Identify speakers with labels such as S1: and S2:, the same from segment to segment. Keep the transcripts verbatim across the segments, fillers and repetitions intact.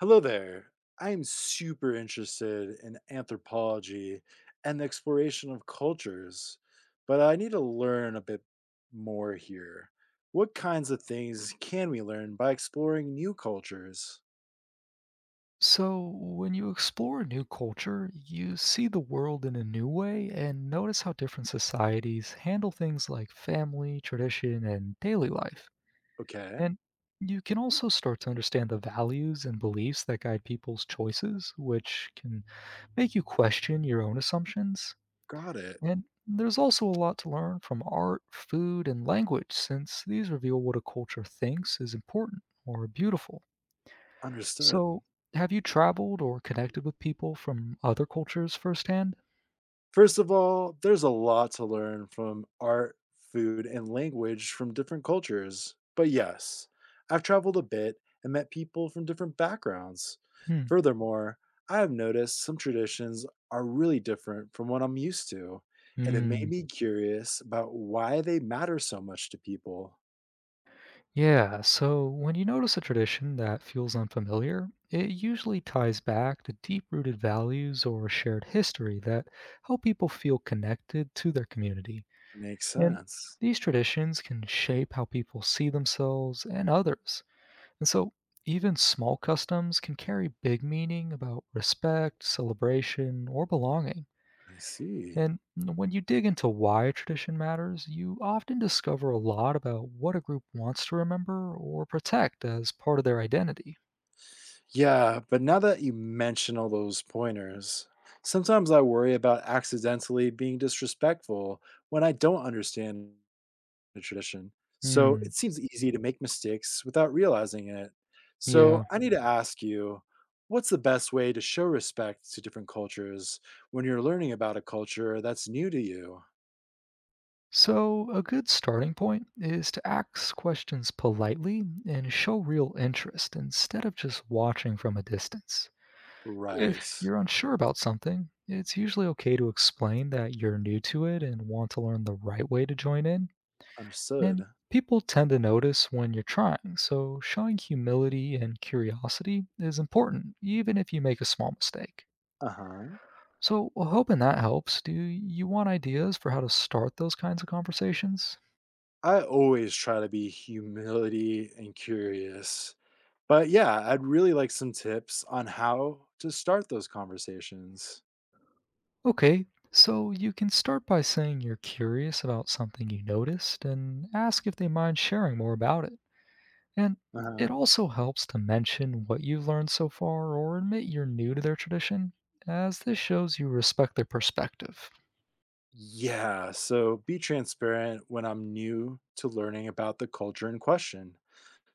S1: Hello there. I am super interested in anthropology and the exploration of cultures, but I need to learn a bit more here. What kinds of things can we learn by exploring new cultures?
S2: So, when you explore a new culture, you see the world in a new way and notice how different societies handle things like family, tradition, and daily life.
S1: Okay,
S2: And you can also start to understand the values and beliefs that guide people's choices, which can make you question your own assumptions.
S1: got it.
S2: And there's also a lot to learn from art, food, and language, since these reveal what a culture thinks is important or beautiful.
S1: Understood.
S2: So, have you traveled or connected with people from other cultures firsthand?
S1: First of all, there's a lot to learn from art, food, and language from different cultures. But yes, I've traveled a bit and met people from different backgrounds.
S2: Hmm.
S1: Furthermore, I have noticed some traditions are really different from what I'm used to, and it made
S2: Mm.
S1: me curious about why they matter so much to people.
S2: Yeah, so when you notice a tradition that feels unfamiliar, it usually ties back to deep-rooted values or a shared history that help people feel connected to their community.
S1: Makes
S2: And
S1: sense.
S2: these traditions can shape how people see themselves and others. And so even small customs can carry big meaning about respect, celebration, or belonging.
S1: I see.
S2: And when you dig into why a tradition matters, you often discover a lot about what a group wants to remember or protect as part of their identity.
S1: Yeah, but now that you mention all those pointers, sometimes I worry about accidentally being disrespectful when I don't understand the tradition. So
S2: Hmm,
S1: it seems easy to make mistakes without realizing it. So
S2: yeah.
S1: I need to ask you, what's the best way to show respect to different cultures when you're learning about a culture that's new to you?
S2: So, a good starting point is to ask questions politely and show real interest instead of just watching from a distance. If
S1: Right.
S2: you're unsure about something, it's usually okay to explain that you're new to it and want to learn the right way to join in. And
S1: Understood.
S2: people tend to notice when you're trying, so showing humility and curiosity is important, even if you make a small mistake.
S1: Uh huh.
S2: So, well, hoping that helps. Do you want ideas for how to start those kinds of conversations?
S1: I always try to be humility and curious. But yeah, I'd really like some tips on how to start those conversations.
S2: Okay, so you can start by saying you're curious about something you noticed and ask if they mind sharing more about it. And it
S1: Uh-huh.
S2: also helps to mention what you've learned so far or admit you're new to their tradition, as this shows you respect their perspective.
S1: Yeah, so be transparent when I'm new to learning about the culture in question.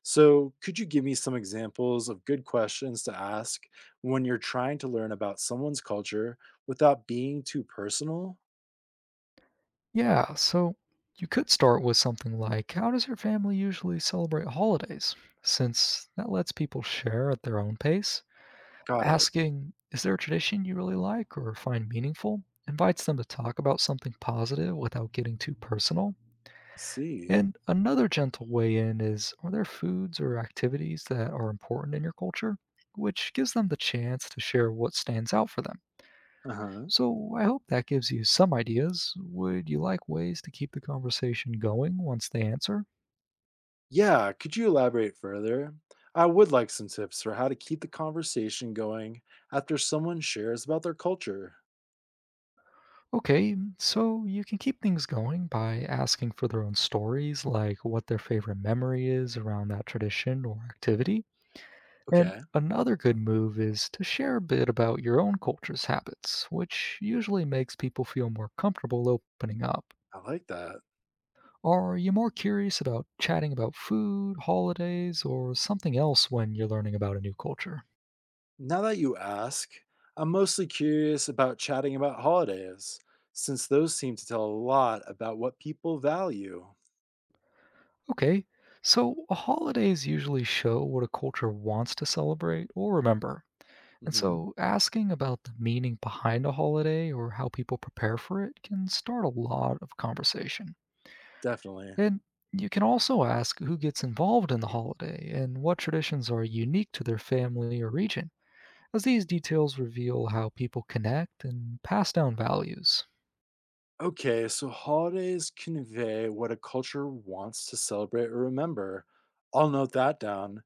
S1: So, could you give me some examples of good questions to ask when you're trying to learn about someone's culture without being too personal?
S2: Yeah, so you could start with something like, "How does your family usually celebrate holidays?" Since that lets people share at their own pace.
S1: Got it.
S2: Asking, "Is there a tradition you really like or find meaningful?" invites them to talk about something positive without getting too personal.
S1: See.
S2: And another gentle way in is, "Are there foods or activities that are important in your culture?" Which gives them the chance to share what stands out for them.
S1: Uh huh.
S2: So I hope that gives you some ideas. Would you like ways to keep the conversation going once they answer?
S1: Yeah, could you elaborate further? I would like some tips for how to keep the conversation going after someone shares about their culture.
S2: Okay, so you can keep things going by asking for their own stories, like what their favorite memory is around that tradition or activity. And
S1: Okay,
S2: another good move is to share a bit about your own culture's habits, which usually makes people feel more comfortable opening up.
S1: I like that.
S2: Are you more curious about chatting about food, holidays, or something else when you're learning about a new culture?
S1: Now that you ask, I'm mostly curious about chatting about holidays, since those seem to tell a lot about what people value.
S2: Okay, so holidays usually show what a culture wants to celebrate or remember. And
S1: Hmm.
S2: so asking about the meaning behind a holiday or how people prepare for it can start a lot of conversation.
S1: Definitely.
S2: And you can also ask who gets involved in the holiday and what traditions are unique to their family or region, as these details reveal how people connect and pass down values.
S1: Okay, so holidays convey what a culture wants to celebrate or remember. I'll note that down.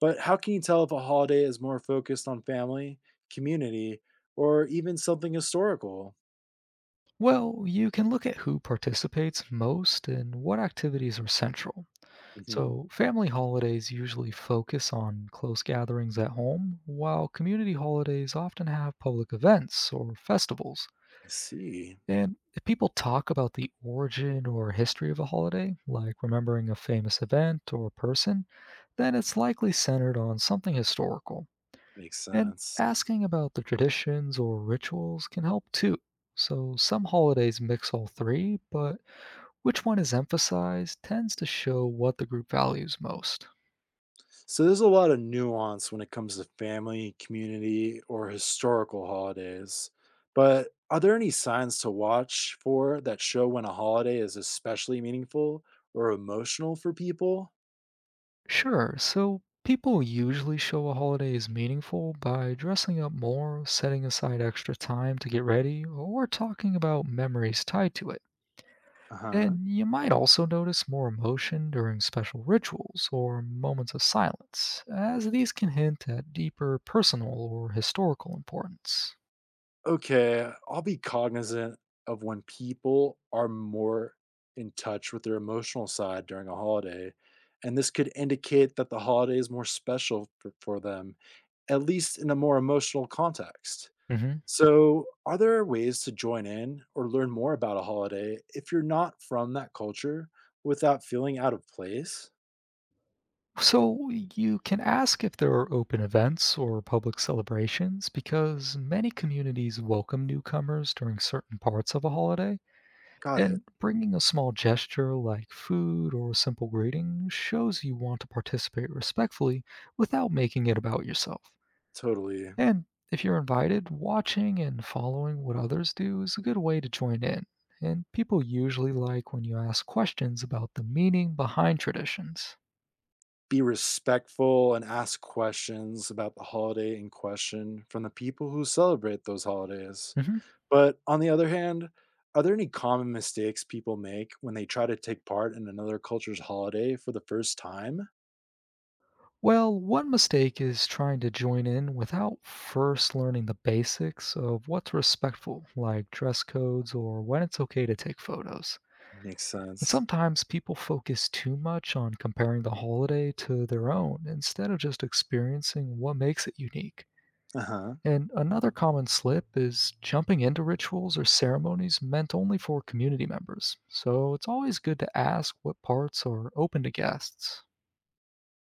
S1: But how can you tell if a holiday is more focused on family, community, or even something historical?
S2: Well, you can look at who participates most and what activities are central.
S1: Hmm.
S2: So, family holidays usually focus on close gatherings at home, while community holidays often have public events or festivals.
S1: I see.
S2: And if people talk about the origin or history of a holiday, like remembering a famous event or person, then it's likely centered on something historical.
S1: Makes
S2: And
S1: sense.
S2: asking about the traditions or rituals can help too. So, some holidays mix all three, but which one is emphasized tends to show what the group values most.
S1: So there's a lot of nuance when it comes to family, community, or historical holidays. But are there any signs to watch for that show when a holiday is especially meaningful or emotional for people?
S2: Sure. So people usually show a holiday is meaningful by dressing up more, setting aside extra time to get ready, or talking about memories tied to it.
S1: Uh huh.
S2: And you might also notice more emotion during special rituals or moments of silence, as these can hint at deeper personal or historical importance.
S1: Okay, I'll be cognizant of when people are more in touch with their emotional side during a holiday, and this could indicate that the holiday is more special for, for them, at least in a more emotional context.
S2: Hmm.
S1: So, are there ways to join in or learn more about a holiday if you're not from that culture without feeling out of place?
S2: So you can ask if there are open events or public celebrations because many communities welcome newcomers during certain parts of a holiday.
S1: Got it.
S2: And bringing a small gesture like food or a simple greeting shows you want to participate respectfully without making it about yourself.
S1: Totally.
S2: And if you're invited, watching and following what others do is a good way to join in. And people usually like when you ask questions about the meaning behind traditions.
S1: Be respectful and ask questions about the holiday in question from the people who celebrate those holidays.
S2: Mhm.
S1: But on the other hand, are there any common mistakes people make when they try to take part in another culture's holiday for the first time?
S2: Well, one mistake is trying to join in without first learning the basics of what's respectful, like dress codes or when it's okay to take photos.
S1: Makes
S2: And
S1: sense.
S2: sometimes people focus too much on comparing the holiday to their own instead of just experiencing what makes it unique.
S1: Uh huh.
S2: And another common slip is jumping into rituals or ceremonies meant only for community members. So it's always good to ask what parts are open to guests.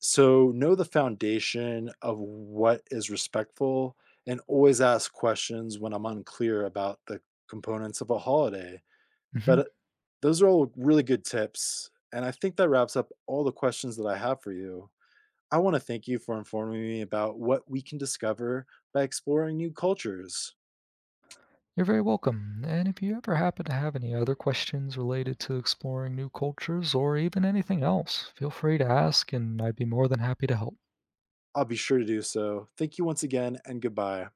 S1: So, know the foundation of what is respectful and always ask questions when I'm unclear about the components of a holiday.
S2: Mhm.
S1: But uh, those are all really good tips, and I think that wraps up all the questions that I have for you. I want to thank you for informing me about what we can discover by exploring new cultures.
S2: You're very welcome. And if you ever happen to have any other questions related to exploring new cultures or even anything else, feel free to ask and I'd be more than happy to help.
S1: I'll be sure to do so. Thank you once again, and goodbye.